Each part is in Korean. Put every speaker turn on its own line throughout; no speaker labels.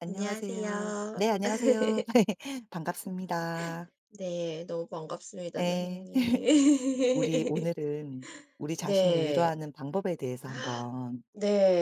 안녕하세요.
안녕하세요.
네, 안녕하세요. 반갑습니다.
네. 너무 반갑습니다
네,
선생님.
우리 오늘은 우리 자신을
네.
위로하는 방법에 대해서 한번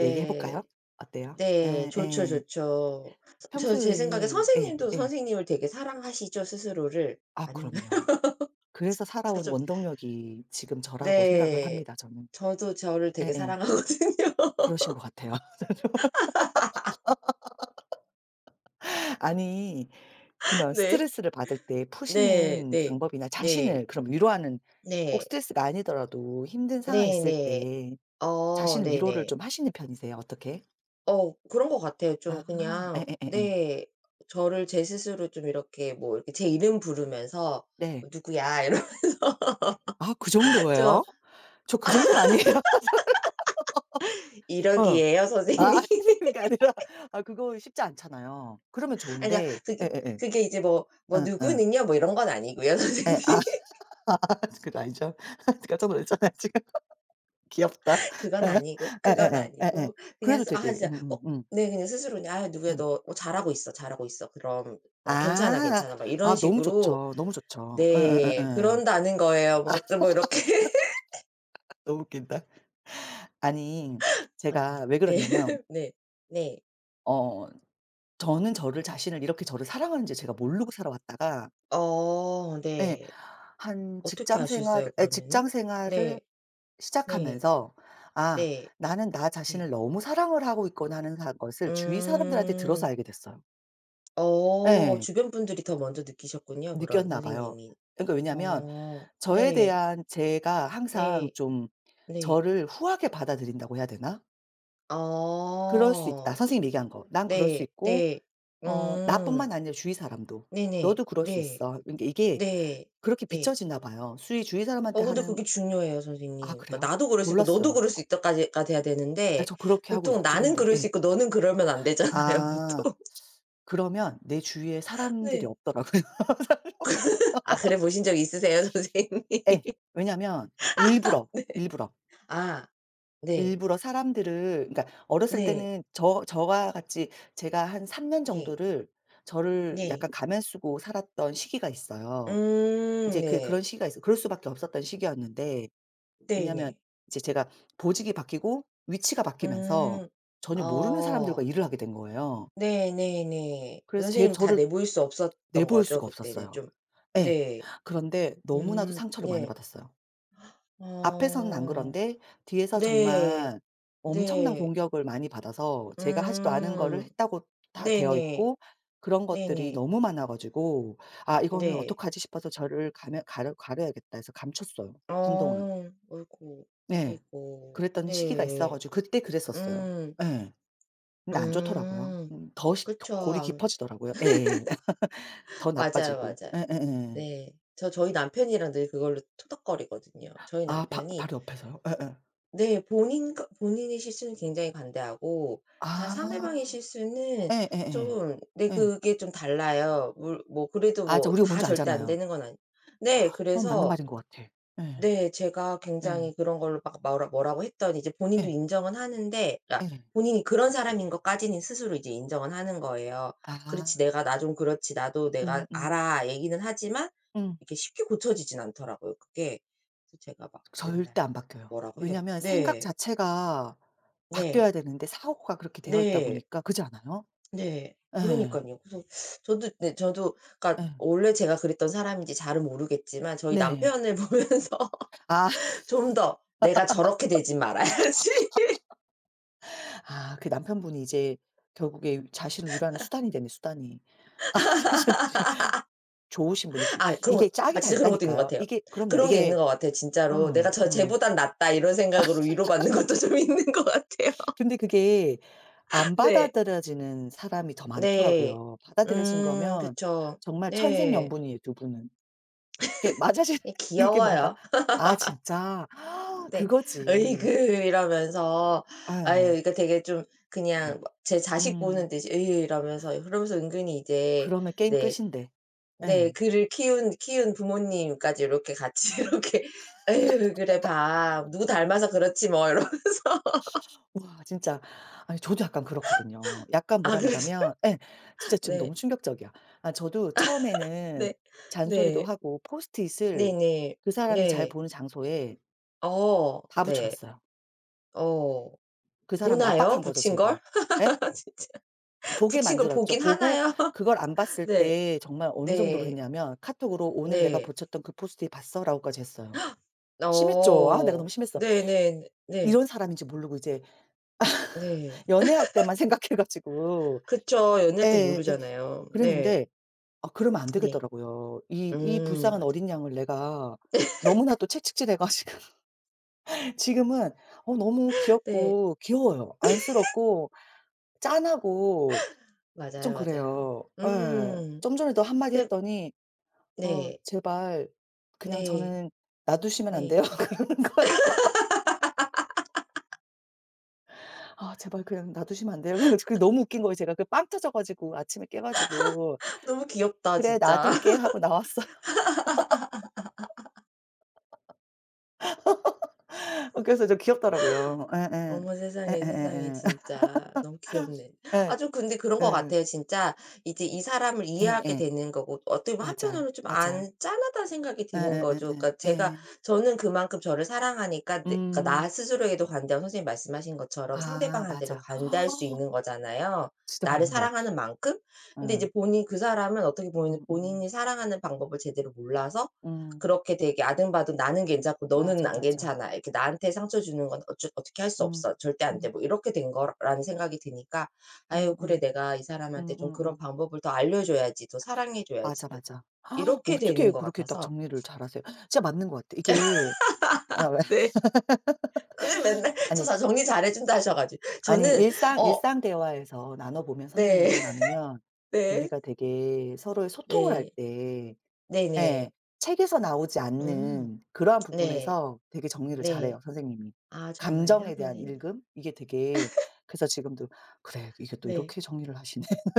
얘기해 볼까요? 어때요?
네. 좋죠,
예예.
좋죠. 저 제 생각에
평소에. 예,
선생님도
예.
선생님을 되게 사랑하시죠, 스스로를?
아,
아닌가요?
그럼요. 그래서
저
살아온
좀
원동력이 지금 저라고 생각을
네.
합니다, 저는.
저도 저를 되게
예예.
사랑하거든요.
그러신 것 같아요. 아니, 그러면
네.
스트레스를 받을 때
네.
푸시는
네.
방법이나
네.
자신을 그럼 위로하는, 꼭
네.
스트레스가 아니더라도 힘든 상황이 있을
네네.
때 자신 위로를
네네.
좀 하시는 편이세요? 어떻게?
그런 것 같아요.
아,
좀 그냥
예예예예.
네. 저를 제 스스로 좀 이렇게 뭐 이렇게 제 이름 부르면서
네.
뭐 "누구야." 이러
아, 그
좀
정도예요? 저 그 정도는 아니에요. 어.
"이러기예요
아
선생님."
아니 그게 아니라, 아 그거 쉽지 않잖아요. 그러면
아니 그러니까
좋은데.
그게
예예예.
그게 이제 뭐
응응.
"누구는요." 뭐 이런 건 아니고요
예. 아
선생님.
그건 아니죠. 깜짝 놀랐잖아요 지금. 귀엽다. 예.
그건
예예예. 예예.
아니고 그냥
그래도
스 아
되게
진짜 뭐 네 그냥 스스로 그냥 "아 누구야
예.
너 어 잘하고 있어, 잘하고 있어. 그럼 어 괜찮아,
아.
괜찮아." 막 이런
아 너무
식으로
좋죠. 너무 좋죠.
네
예예예예.
그런다는 거예요. 뭐 또 뭐 이렇게.
너무 웃긴다. 아니,
그건
제가
아니고.
왜
네.
그러냐면
네. 네.
어 저는 저를 자신을 이렇게 저를 사랑하는지 제가 모르고 살아왔다가 예,
네.
한
어떻게
직장 생활을,
아셨어요
예 직장
그러면은?
생활을
네. 네.
시작하면서 '아,
네.
나는 나 자신을
네.
너무 사랑을 하고 있구나.' 하는 사 것을 주위 사람들한테 들어서
음.
알게 됐어요. 예.
주변 분들이 더 먼저 느끼셨군요 그런
느꼈나 봐요.
선생님이.
그러니까 왜냐면
어.
저에
네.
대한 제가 항상
네.
좀
네.
저를 후하게 받아들인다고 해야 되나? '그럴 수 있다.'
어.
선생님이 얘기한 거. '난 그럴 수
네.
있고
네. 음.
나뿐만 아니라 주위 사람도.
네네.
너도 그럴 수
네.
있어.' 그러니까 이게
네.
그렇게
네.
비춰지나 봐요. 수위 주위 사람한테
근데
하는.
그게 중요해요
아,
선생님. 그러니까
그래요?
"나도 그럴 수 있고 너도
몰랐어요.
그럴 수 있다."까지 가 돼야
예,
되는데
저 그렇게 하고
보통
있긴
"나는
한데.
그럴
예.
수 있고 너는 그러면 안 되잖아요."
아.
보통.
그러면 내 주위에 사람들이
네.
없더라고요.
아 그래 보신 적 있으세요 선생님?
예. 왜냐면 일부러, 일부러,
아. 네.
일부러 사람들을 그러니까 어렸을
네.
때는 저와 같이 제가 한 3년
네.
정도를 저를
네.
약간 가면 쓰고 살았던 시기가 있어요. 이제 그런
네.
시기가 있어, 그럴 수밖에 없었던 시기였는데.
네
왜냐하면
네.
이제 제가 보직이 바뀌고 위치가 바뀌면서
음.
전혀 모르는 사람들과
어.
일을 하게 된 거예요.
네 네 네.
그래서 제
선생님 다
저를
내보일 수 없었던
내보일
거죠
수가
그때는
없었어요.
좀.
예.
네.
그런데 너무나도 상처를 많이
네.
받았어요. 앞에서는 안
어.
그런데 뒤에서
네.
정말 엄청난
네.
공격을 많이 받아서 제가 하지도 않은 거를
음.
했다고 다
네
되어
네.
있고, 그런 것들이
네네.
너무 많아 가지고 '아,
네. 네.
이거는
네.
어떡하지?' 싶어서 저를 가며 가려 가려야겠다 해서 감췄어요 한동안.
어. 아이고.
네.
아이고.
그랬던 시기가 있어
네.
가지고 그때 그랬었어요.
음.
예. 근데 안 좋더라고요.
음.
더
그쵸.
골이
아무래도.
깊어지더라고요. 예예. 더
맞아요,
나빠지고.
맞아요.
예예예.
네. 저 저희 남편이랑 늘 그걸로 토닥거리거든요. 저희
아, 바
남편이
바로 옆에서요? 예예.
네 본인 거 본인의 실수는 굉장히 관대하고 다 상대방의
아.
실수는
예예예.
좀 네
예.
그게 좀 달라요. 물 뭐 그래도
알죠.
뭐
우리가
다
뭔지
절대 안
알잖아요.
되는 건 아니 네.
어, 맞는
그래서
말인 것 같아. 예.
네. 제가
예.
굉장히 그런 걸로 막 뭐라 뭐라고 했더니 이제 본인도
예.
인정은 하는데 그러니까
예.
본인이 그런 사람인 것까지는 스스로 이제 인정은 하는 거예요. "그렇지.
아.
내가 나 좀 그렇지. 나도 내가
음음. 음.
알아." 얘기는 하지만
음.
이렇게 쉽게 고쳐지진 않더라고요 그게. 그래서 제가 막 맨날
절대 안 바뀌어요.
뭐라고 해요.
왜냐면 생각
네.
자체가
네.
바뀌어야 되는데 사고가 그렇게 되어 있다
네.
보니까 그지 않아요?
네.
예.
그러니깐요. 그래서 저도 네 저도
예.
그러니까 원래 제가 그랬던 사람인지 잘은 모르겠지만 저희
네.
남편을 보면서
아.
좀 더 '내가 저렇게 되지 말아야지.'
아, 그 남편분이 이제 결국에 자신을 위로하는 수단이 되네, 수단이. 아 진짜 좋으신 분이 그,
아 그런
이게
거
짝이
아
다
진짜 그런 것도 있는 것
있다니까요.
같아요.
이게 그럼요.
그런 게
이게
있는 것 같아요
어,
진짜로. '내가 저
어.
쟤보단 낫다.' 이런 생각으로 위로받는 것도 좀 있는 것 같아요.
근데 그게 안
네.
받아들여지는 사람이 더
네.
많더라고요. 받아들여진 거면
그쵸.
정말
네.
천생연분이에요, 두 분은. 이게 맞아지는
이
그게 뭔가
귀여워요.
'아 진짜
네. "으이그."
그거지.'
이러면서 아유
아.
그러니까 되게 좀 그냥 뭐 제 자식
음.
보는 듯이 으이 이러면서 그러면서 은근히 이제
그러면 게임
네
끝인데.
네.
예.
그를 키운 부모님까지 이렇게 같이 이렇게 "에휴 그래 봐. 누구 닮아서 그렇지 뭐." 이러면서.
와 진짜, 아니 저도 약간 그렇거든요. 약간
아
뭐라
그러세요?
말하면. 예. 진짜 지금
네.
너무 충격적이야. 아, 저도 처음에는
네.
잔소리도
네.
하고 포스트잇을
네네.
그
네.
사람이 잘
네.
보는 장소에 다 붙여
네.
놨어요.
어.
그 사람을
보나요?
압박한 거죠,
붙인
제가.
걸?
예?
진짜.
보게
붙인 걸
만들었죠.
보긴
보고
하나요?
그걸 안 봤을
네.
때 정말 어느 정도로
네.
했냐면 카톡으로 "오늘 내가
네.
붙였던 그 포스트잇 봤어?"라고까지 했어요. 심했죠. 아 내가
어.
너무 심했어.
네네. 네. 네.
이런 사람인지 모르고 이제
네.
연애할 때만 생각해 가지고,
그쵸. 연애할 때
예예.
모르잖아요. 네.
그랬는데 아, 그러면 안
네.
되겠더라고요. 이 불쌍한
맞아요.
어린 양을 내가 너무나도 채찍질해 가지고 지금은 어, 너무
네.
귀엽고 귀여워요. 안쓰럽고 짠하고 좀
맞아요, 맞아요.
그래요. 예.
음.
좀 전에도 한마디
근데
했더니 "어
네.
제발 그냥
네.
저는 놔두시면 안
네.
돼요?" 그러는 거예요. "아 제발 그냥 놔두시면 안 돼요?" 그래 가지고 그게 너무 웃긴 거예요 제가. 그 빵 터져 가지고 아침에 깨 가지고
너무 귀엽다
"그래
진짜.
놔둘게." 하고 나왔어요. 어 그래서 좀 귀엽더라고요. 예예.
어머 세상에, 세상에
예예예예. 예.
진짜 너무 귀엽네.
예.
아주 근데 그런
예, 예. 예,
것
예.
같아요. 진짜 이제 이 사람을 이해하게
예예.
되는 거고 어떻게 보면 한편으
맞아.
로 좀
맞아.
안 짠하다는 생각이 드는 거죠.
예예예예.
그러니까 제가
예.
저는 그만큼 저를 사랑하니까 내 그러니까 나
음.
스스로에게도 관대하고 선생님 말씀하신 것처럼
아
상대방한테도
맞아.
관대할 수 있는 거잖아요,
진짜
나를
맞는 것 같아.
사랑하는 만큼.
예.
근데 이제 본인 그 사람은 어떻게 보면
음 음.
본인이 사랑하는 방법을 제대로 몰라서
음.
그렇게 되게 아등바등 "나는 괜찮고 너는
맞아,
안
맞아.
괜찮아. 이렇게 나한테 상처 주는 건 어쩌 어떻게 할 수 없어.
음.
절대 안 돼."
음.
뭐 이렇게 된 거라는 생각이 드니까 '아유 그래
음음.
내가 이 사람한테 좀 그런
음음음.
방법을 더 알려 줘야지. 더 사랑해 줘야지
맞아,
좀.'
맞아.
이렇게
어떻게
되는 것
그렇게 딱
같아서
정리를 잘하세요? 진짜 맞는 것 같아. 이게 아, 왜
네. 선생님 맨날 저
아니
자 정리 잘해 준다 하셔 가지고
아니,
저는 어
일상 대화에서 나눠 보면
네.
선생님이랑 나누면 그
네.
우리가 되게 서로의 소통을 할
네.
때 예,
네네.
책에서 나오지
음.
않는 그러한
네.
부분에서 되게 정리를
네.
잘해요, 선생님이.
아 정말요?
감정에 대한
선생님.
읽음? 이게 되게, 그래서 지금도 '그래 이게 또
네.
이렇게 정리를 하시네.'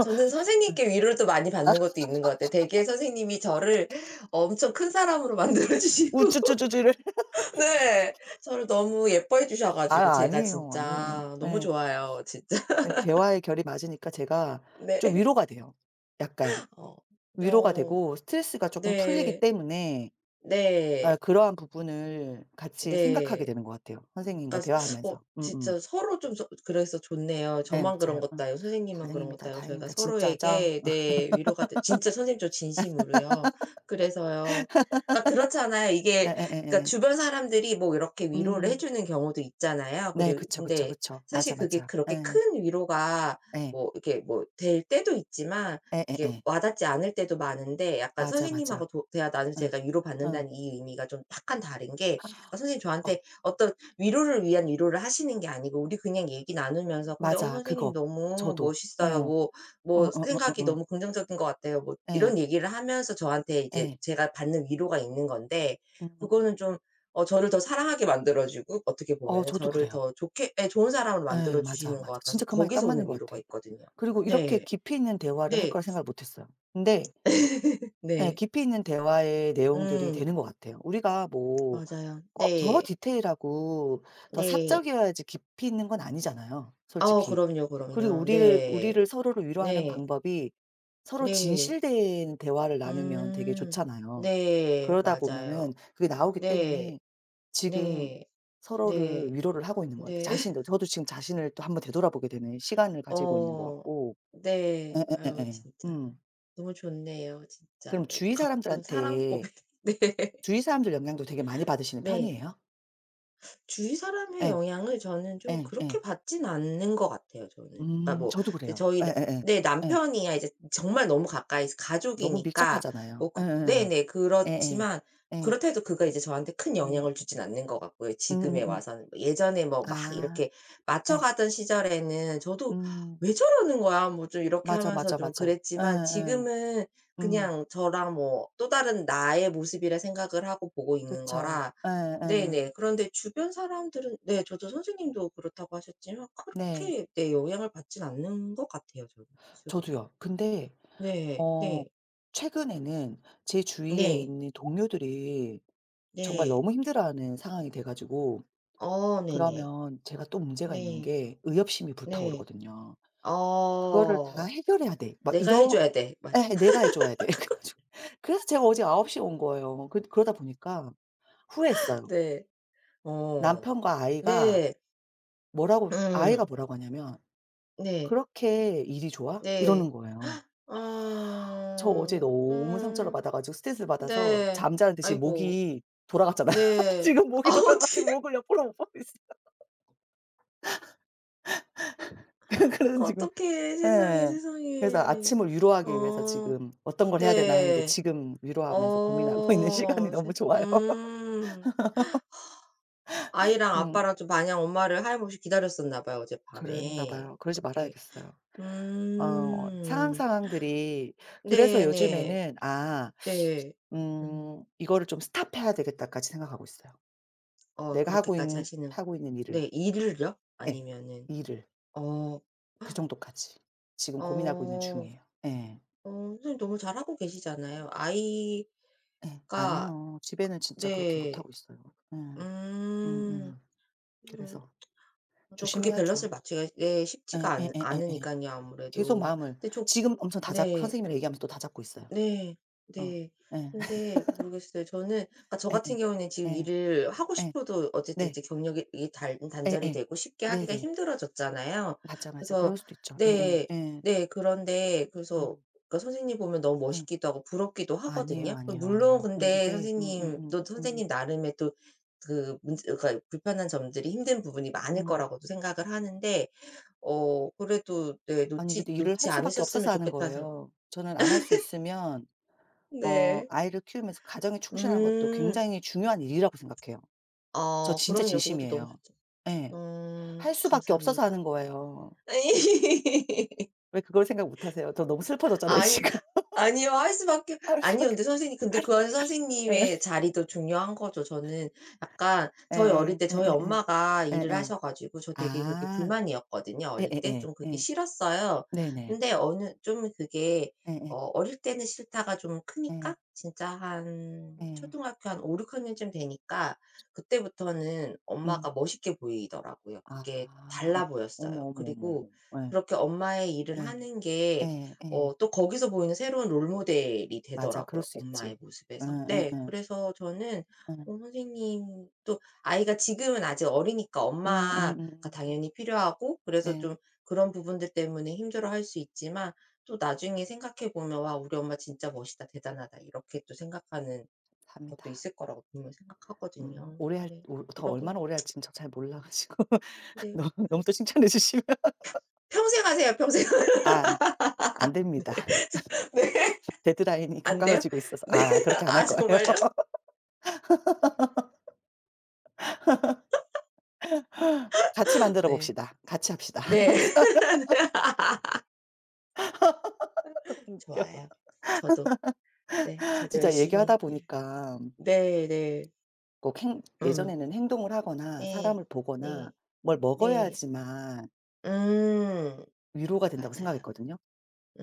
저는 선생님께 위로를 또 많이 받는 것도 있는 것 같아요. 되게 선생님이 저를 엄청 큰 사람으로 만들어 주시고
우쭈쭈쭈쭈를.
네. 저를 너무 예뻐해 주셔
아
가지고 제가
아니에요, 아니에요.
진짜 너무
예.
좋아요, 진짜.
예 대화의 결이 맞으니까 제가 좀
네.
위로가 돼요. 약간
어.
위로가
어.
되고 스트레스가 쪼끔 풀리기
네.
때문에
네.
아 그러한 부분을 같이 생각하게
네.
되는 것 같아요, 선생님과
그러니까
대화하면서. 음음.
진짜 서로 좀 저 그래서 좋네요.
예
저만 그런
맞아요.
것도
어
아니고 선생님만 그런 것도
다행입니다,
아니고 저희가
다행입니다. 진짜죠?
서로에게 네 위로가 돼 진짜 선생님 저 진심으로요. 그래서요 그러니까 그렇잖아요. 이게 그러니까
예예예예.
주변 사람들이 뭐 이렇게 위로를 해
음.
주는 경우도 있잖아요.
네.
그리고
그쵸, 그쵸,
근데
그쵸. 맞아,
사실 그게
맞아.
그렇게
예.
큰 위로가
예.
뭐 이렇게 뭐 될 때도 있지만 이게
예예예.
와닿지 않을 때도 많은데 약간
맞아, 맞아.
선생님하고 도 대화 나누면서
응.
제가
응.
위로받는다는 이 의미가 좀 약간 다른 게 그러니까 선생님이
어
저한테 어떤 위로를 위한 위로를 하시는 게 아니고 우리 그냥 얘기 나누면서 근데 "어
맞아.
선생님
그거.
너무
저도.
멋있어요."
어.
뭐 뭐 "생각이
어어어어어.
너무 긍정적인 것 같아요." 뭐
예.
이런 얘기를 하면서 저한테 이제
예.
제가 받는 위로가 있는 건데
음.
그거는 좀 저를 더 사랑하게 만들어 주고 어떻게
어
보면은
저도
저를
그래요.
더 좋게 예 좋은 사람으로
예.
만들어
맞아,
주시는 것
맞아.
같아서
진짜 그 말이 딱
거기서
맞는
오는
것
위로가
같아.
있거든요.
그리고 이렇게
네.
깊이 있는 대화를 할
네.
거라 생각을 못 했어요. 근데 예
네.
깊이 있는 대화의 내용들이
음.
되는 것 같아요. 우리가 뭐
맞아요.
꼭 더
네.
디테일하고 더
네.
사적이어야지 깊이 있는 건 아니잖아요,
어
솔직히.
그럼요,
그리고
그럼요. 네.
우리를 서로를 위로하는
네.
방법이 서로
네.
진실된 대화를 나누면 되게
음.
좋잖아요.
네.
그러다
맞아요.
보면은 그게 나오기
네.
때문에 지금
네. 네.
서로를 위로를 하고 있는 것 같아요.
네.
자신도 저도 지금 자신을 또 한번 되돌아보게 되는 시간을 가지고 있는 것
어.
같고.
네. 아유
예예예예.
진짜
음.
너무 좋네요 진짜.
그럼
가쁜 사랑 고백. 네.
주위 사람들 영향도 되게 많이 받으시는
네.
편이에요?
주위 사람의
예.
영향을 저는 좀
예 예.
그렇게 받진 않는 것 같아요 저는. 그러니까 뭐
저도
이제
그래요.
저희 나
예예예. 예.
네
예. 예.
남편이야 이제 정말 너무 가까이
너무
가족이니까
밀접하잖아요.
뭐 그
예예예.
네네
예예. 예.
그렇지만
예, 예.
그렇다 해도 그가 이제 저한테 큰
음.
영향을 주진 않는 것 같고요 지금에
음음음.
와서는. 뭐 예전에 뭐 막
아.
이렇게
예.
맞춰가던 시절에는 저도
음.
'왜 저러는 거야?' 뭐 좀 이렇게
맞아,
하면서
맞아,
좀
맞아.
그랬지만
예예.
지금은
음.
그냥 저랑 뭐 또 다른 나의 모습이라 생각을 하고 보고 있는
그쵸.
거라
예예.
네네. 그런데 주변 사람들은 네 저도 선생님도 그렇다고 하셨지만
네.
그렇게 네 영향을 받진 않는 것 같아요 저는 스스로는.
저도요. 근데
네.
어
네.
최근에는 제 주위에
네.
있는 동료들이 정말
네.
너무 힘들어하는 상황이 돼 가지고
네네.
그러면 제가 또 문제가 있는
네.
게 의협심이
네.
불타오르거든요. '그거를 다
어.
해결해야 돼.' 막
내가 해
이런,
줘야 돼. 막
에, 내가 해 줘야 돼. 그래 가지고, 그래서 제가 어제 9시에 온 거예요. 그러다 보니까 후회했어요.
네. 어.
남편과 아이가,
네.
뭐라고 아이가
음.
뭐라고 하냐면
네.
"그렇게 일이 좋아?" 이러는
네.
거예요. 저 어제
음.
너무 상처를
음.
받아 가지고 스트레스를 받아서
네.
잠자는 듯이
아이고.
목이 돌아갔잖아요.
네.
지금
아
목이 돌아
어떻게
가지고 목을 옆으로 못 보고 있어요. 그래서 지금
어떡해. 세상에,
예. 그래서
세상에.
아침을 위로하기 위해서
어
지금 '어떤 걸 해야 되나.' 했는데
네.
지금 위로하면서 고민하고 있는 시간이
어
너무
세
좋아요.
아이랑
음.
아빠랑 좀 마냥 엄마를 하염없이 기다렸었나 봐요,
그랬나
어젯밤에.
봐요. 그러지
이렇게.
말아야겠어요. 어 상황,
음.
상황들이, 그래서
네네.
요즘에는 아
네. 네. 음.
'이거를 좀 스탑해야 되겠다.'까지 생각하고 있어요. 내가
그렇게까지 하시는
하고 있는 일을.
네. 일을요?
예.
아니면은
일을
어.
그 정도까지 지금 고민하고 있는
어.
중이에요. 예.
어 선생님 너무 잘하고 계시잖아요. 아이가
예. 아니요. 집에는 진짜 그렇게
네.
못하고 있어요. 예.
음.
음음.
음.
그래서
또 그게
조심해야죠.
밸런스를 맞추기가 예 쉽지가
예 예
않
예 예 예.
않으니깐요
계속
아무래도.
마음을
근데 좀
지금 엄청 다잡고,
네.
선생님이랑 얘기하면서 또 다잡고 있어요.
네.
어.
네.
예.
근데 모르겠어요. 저는 그러니까 저
예예.
같은 경우에는
예.
지금
예.
일을 하고
네, 예. 예.
싶어도 어쨌든
네.
이제 경력이 이 단 단절이
예예.
되고 쉽게 하기가
네네.
힘들어졌잖아요.
맞아, 맞아.
그래서
그럴 수도 있죠. 예예.
네.
예. 예.
네. 그런데 그래서
음.
그러니까 선생님 보면 너무
예.
멋있기도 하고 부럽기도
아니에요,
하거든요. 그
아니에요,
물론
아니에요. 예
근데
이게
선생님도 선생님 나름의 또 그 문제 그러니까 불편한 점들이 힘든 부분이 많을
음, 음.
거라고도 생각을 하는데 그래도 네
아니
놓치
근데 일을
놓지
할 수밖에
않으셨으면
없어서 하는
좋겠다는 생각
거예요. 저는 안 할 수 있으면 어
네.
아이를 키우면서 가정에 충실하는 것도
음.
굉장히 중요한 일이라고 생각해요. 저
아
진짜
그럼요. 그것도 너무
진심이에요.
좋죠.
예. 할 수밖에 없어서
감사합니다.
하는 거예요. 왜 그걸 생각 못 하세요? 저 너무 슬퍼졌잖아요,
아니
지금.
아니요. 할 수밖에
할
아니요.
수밖에.
근데 선생님 근데 그건
예.
선생님의 자리도 중요한 거죠. 저는 약간 저희 어릴
예예.
때 저희
예예예.
엄마가 일을
예예.
하셔 가지고 저 되게 그게
아.
불만이었거든요 어릴 때.
예예예.
좀
예. 예,
그게
예.
싫었어요.
네네.
근데 어느 좀 그게
예예.
어릴 때는 싫다가 좀
예.
크니까 진짜 한
예. 예.
초등학교 한 5-6 학년쯤 되니까 그때부터는
음.
엄마가 멋있게 보이더라고요. 그게
아. 어
달라
어머,
보였어요.
어머, 어머,
그리고
어머. 예.
그렇게 엄마의 일을
예.
하는 게
예. 예.
또 거기서 보이는 새로운 롤 모델이
맞아. 그럴
되더라고요,
수 있지.
엄마의
응
모습에서.
응
네.
응
그래서 저는
응
선생님 또 아이가 지금은 아직 어리니까
음
엄마가
음음음.
당연히 필요하고 그래서
네.
좀 그런 부분들 때문에 힘들어할 수 있지만 또 나중에 생각해 보면 '와 우리 엄마 진짜 멋있다. 대단하다.' 이렇게 또 생각하는 것도
합니다.
있을 거라고 분명
음.
생각하거든요.
오래 할,
네.
오- 더
이런 걸
얼마나 오래 할지는 저 잘 몰라 가지고
네.
너무 너무 또 칭찬해 주시면
평생 하세요, 평생.
아, 안됩니다.
네.
데드라인이
안 돼요?
가까워지고 있어서.
네.
아 그렇게 안 할
아
거예요.
정말요?
같이 만들어
네.
봅시다. 같이 합시다.
네. 좋아요. 저도 네 저도
진짜 얘기하다
열심히 일을
보니까
네 네.
꼭 행
음.
예전에는 행동을 하거나
네.
사람을 보거나
네.
뭘
네.
먹어야지만
음.
위로가 된다고
맞아요.
생각했거든요,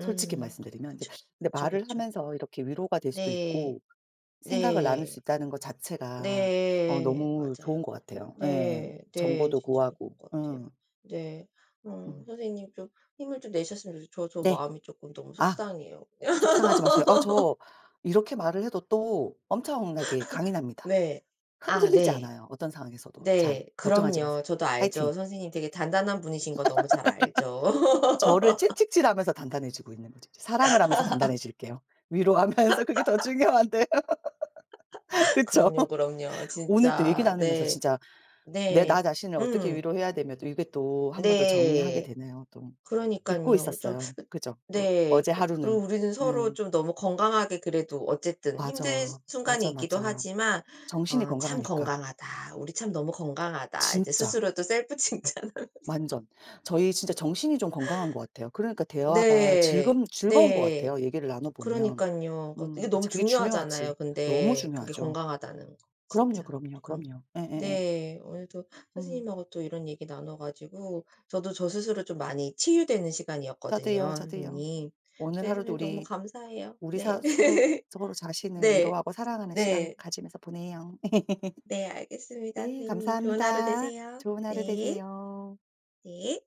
솔직히 말씀드리면. 이제
그쵸.
근데
그쵸,
말을
그쵸.
하면서 이렇게 위로가 될 수도
네.
있고 생각을 나눌
네.
수 있다는 것 자체가 어
네.
너무 좋은
맞아요.
것 같아요. 예.
네. 네.
정보도
진짜 좀
구하고.
그런 것 같아요.
음.
네. 어
음.
선생님 좀 힘을 좀 내셨으면 좋 저 저
네.
마음이 조금 너무
아
속상해요.
속상하지 마세요. 어 저 이렇게 말을 해도 또 엄청나게 강인합니다.
네. 아
흔들리지
네.
않아요, 어떤 상황에서도 잘.
네.
걱정하지
그럼요.
마세요.
저도
화이팅.
알죠. 선생님 되게 단단한 분이신 거 너무 잘 알죠.
저를 채찍질하면서 단단해지고 있는 거죠. 사랑을 하면서 단단해질게요. 위로하면서 그게 더 중요한데. 그쵸?
그럼요, 그럼요.
오늘 또 얘기
진짜.
나누면서
네.
진짜 내 나
네.
자신을 어떻게
음.
위로해야 되며 또 이게 또 한 번 더 정리하게
네.
되네요 또. 잊고
그러니깐요. 좀
있었어요. 그죠? 어
네.
어제
그 그리고
하루는.
우리는 서로
음.
좀 너무 건강하게 그래도 어쨌든 힘든
맞아.
순간이
맞아,
있기도
맞아.
하지만
정신이
'참
건강하니까.
건강하다. 우리 참 너무 건강하다.' 이제
진짜.
스스로 또 셀프 칭찬
완전. 저희 진짜 정신이 좀 건강한 것 같아요. 그러니까 대화가
네.
즐금 즐거운 것
네.
같아요 얘기를 나눠 보면.
그러니깐요. 그 이게 너무
맞아. 그게
중요하잖아요
중요하지. 너무
근데 그게
중요하죠.
건강하다는 거
그럼요,
진짜.
그럼요,
우리 건
그럼요. 예예예.
네. 오늘도
음.
선생님하고 또 이런 얘기 나눠 가지고 저도 저 스스로 좀 많이 치유되는 시간이었거든요
저도요, 저도요.
선생님.
오늘
네
하루도
선생님 너무
우리
감사해요.
우리
네.
사 서로, 서로 자신을
네.
위로하고 사랑하는 시간
네.
가지면서 보내요.
네 알겠습니다
네
선생님. 좋은 하루
감사합니다.
되세요.
좋은 하루
네.
되세요.
네.